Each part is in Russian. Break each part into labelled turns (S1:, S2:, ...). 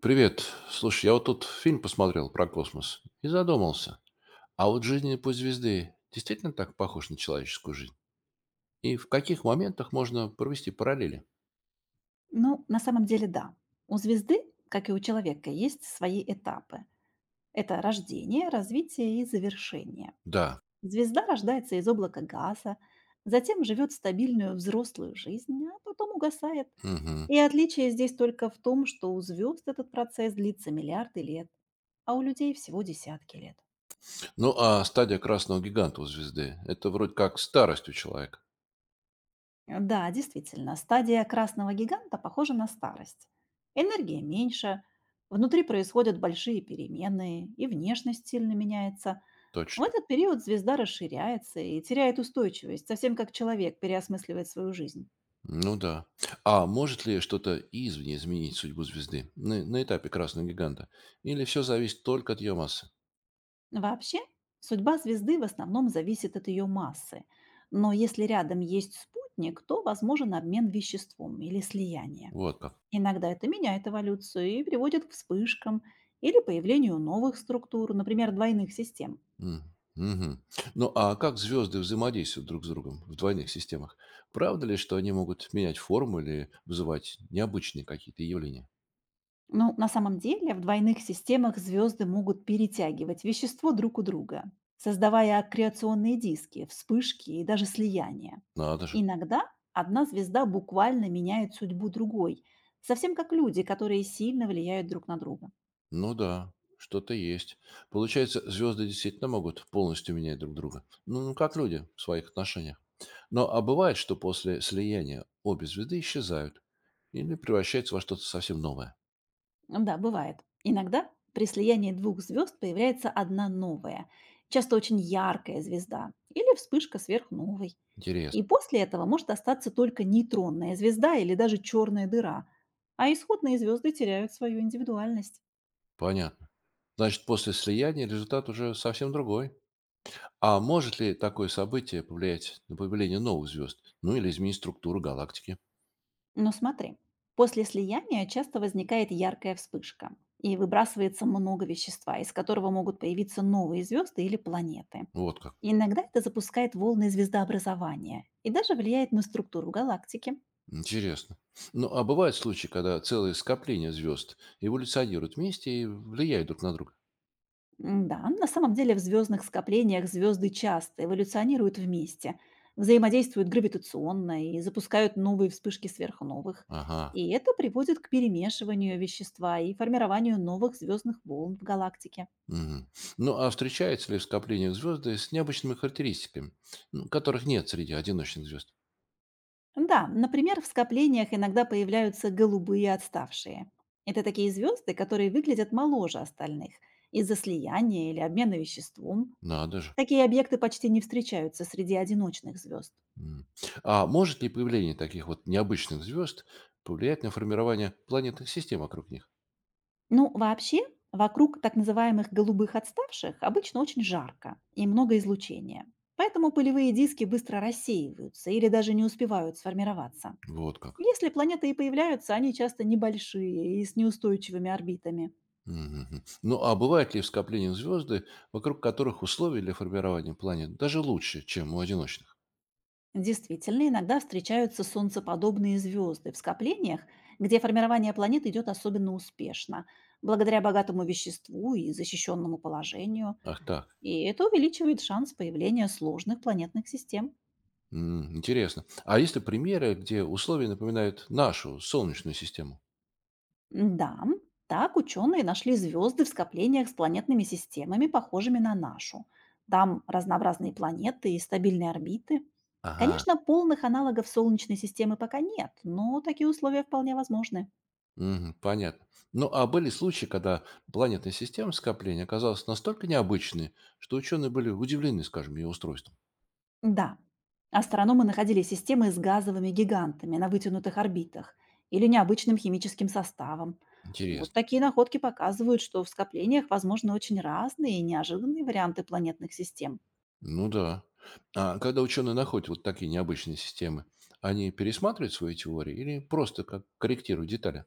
S1: Привет. Слушай, я вот тут фильм посмотрел про космос и задумался. А вот жизненный путь звезды действительно так похож на человеческую жизнь? И в каких моментах можно провести параллели?
S2: Ну, на самом деле, да. У звезды, как и у человека, есть свои этапы. Это рождение, развитие и завершение.
S1: Да.
S2: Звезда рождается из облака газа, затем живет стабильную взрослую жизнь, а потом угасает.
S1: Мгм.
S2: И отличие здесь только в том, что у звезд этот процесс длится миллиарды лет, а у людей всего десятки лет.
S1: Ну, а стадия красного гиганта у звезды – это вроде как старость у человека.
S2: Да, действительно, стадия красного гиганта похожа на старость. Энергия меньше, внутри происходят большие перемены, и внешность сильно меняется. В
S1: Точно.
S2: этот период звезда расширяется и теряет устойчивость, совсем как человек переосмысливает свою жизнь.
S1: Ну да. А может ли что-то извне изменить судьбу звезды на этапе красного гиганта? Или все зависит только от ее массы?
S2: Вообще, судьба звезды в основном зависит от ее массы. Но если рядом есть спутник, то возможен обмен веществом или слияние.
S1: Вот как.
S2: Иногда это меняет эволюцию и приводит к вспышкам или появлению новых структур, например, двойных систем.
S1: М, мгм. Ну, а как звезды взаимодействуют друг с другом в двойных системах? Правда ли, что они могут менять форму или вызывать необычные какие-то явления?
S2: Но на самом деле в двойных системах звезды могут перетягивать вещество друг у друга, создавая аккреционные диски, вспышки и даже слияния.
S1: Надо же.
S2: Иногда одна звезда буквально меняет судьбу другой, совсем как люди, которые сильно влияют друг на друга.
S1: Ну да, что-то есть. Получается, звезды действительно могут полностью менять друг друга. Ну, как люди в своих отношениях. Но а бывает, что после слияния обе звезды исчезают или превращаются во что-то совсем новое.
S2: Да, бывает. Иногда при слиянии двух звезд появляется одна новая, часто очень яркая звезда или вспышка сверхновой.
S1: Интересно.
S2: И после этого может остаться только нейтронная звезда или даже черная дыра, а исходные звезды теряют свою индивидуальность.
S1: Понятно. Значит, после слияния результат уже совсем другой. А может ли такое событие повлиять на появление новых звезд? Ну или изменить структуру галактики?
S2: Но смотри, после слияния часто возникает яркая вспышка и выбрасывается много вещества, из которого могут появиться новые звезды или планеты.
S1: Вот как.
S2: Иногда это запускает волны звездообразования и даже влияет на структуру галактики.
S1: Интересно. Ну, а бывают случаи, когда целые скопления звезд эволюционируют вместе и влияют друг на друга?
S2: Да, на самом деле в звездных скоплениях звезды часто эволюционируют вместе, взаимодействуют гравитационно и запускают новые вспышки сверхновых.
S1: Ага.
S2: И это приводит к перемешиванию вещества и формированию новых звездных волн в галактике.
S1: Мгм. Ну, а встречаются ли в скоплениях звезды с необычными характеристиками, ну, которых нет среди одиночных звезд?
S2: Да, например, в скоплениях иногда появляются голубые отставшие. Это такие звезды, которые выглядят моложе остальных из-за слияния или обмена веществом.
S1: Надо же.
S2: Такие объекты почти не встречаются среди одиночных звезд.
S1: М. А может ли появление таких вот необычных звезд повлиять на формирование планетных систем вокруг них?
S2: Ну, вообще, вокруг так называемых голубых отставших обычно очень жарко и много излучения. Поэтому пылевые диски быстро рассеиваются или даже не успевают сформироваться.
S1: Вот как.
S2: Если планеты и появляются, они часто небольшие и с неустойчивыми орбитами.
S1: Мгм. Ну, а бывают ли в скоплении звезды, вокруг которых условия для формирования планет даже лучше, чем у одиночных?
S2: Действительно, иногда встречаются солнцеподобные звезды в скоплениях, где формирование планет идет особенно успешно, благодаря богатому веществу и защищенному положению,
S1: Ах так.
S2: и это увеличивает шанс появления сложных планетных систем.
S1: М, интересно. А есть ли примеры, где условия напоминают нашу Солнечную систему?
S2: Да, так ученые нашли звезды в скоплениях с планетными системами, похожими на нашу. Там разнообразные планеты и стабильные орбиты.
S1: Ага.
S2: Конечно, полных аналогов Солнечной системы пока нет, но такие условия вполне возможны.
S1: Мгм, понятно. Ну, а были случаи, когда планетная система скопления оказалась настолько необычной, что ученые были удивлены, скажем, ее устройством?
S2: Да. Астрономы находили системы с газовыми гигантами на вытянутых орбитах или необычным химическим составом. Вот
S1: Интересно.
S2: такие находки показывают, что в скоплениях возможны очень разные и неожиданные варианты планетных систем.
S1: Ну да. А когда ученые находят вот такие необычные системы, они пересматривают свои теории или просто как корректируют детали?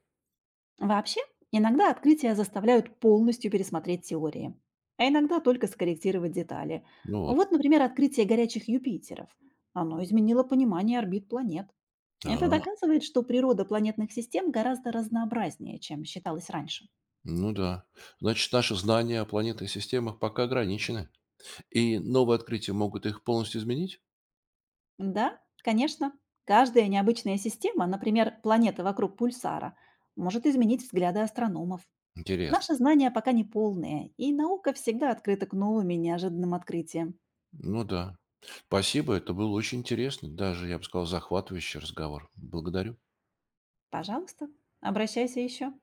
S2: Вообще, иногда открытия заставляют полностью пересмотреть теории, а иногда только скорректировать детали.
S1: Ну вот,
S2: Вот, например, открытие горячих Юпитеров. Оно изменило понимание орбит планет. Это
S1: да,
S2: доказывает, что природа планетных систем гораздо разнообразнее, чем считалось раньше.
S1: ну да. Значит, наши знания о планетных системах пока ограничены, и новые открытия могут их полностью изменить?
S2: Да, конечно. Каждая необычная система, например, планета вокруг пульсара, может изменить взгляды астрономов.
S1: Интересно.
S2: Наши знания пока не полные, и наука всегда открыта к новым и неожиданным открытиям.
S1: Ну да. Спасибо, это был очень интересный, даже, я бы сказал, захватывающий разговор. Благодарю.
S2: Пожалуйста, обращайся еще.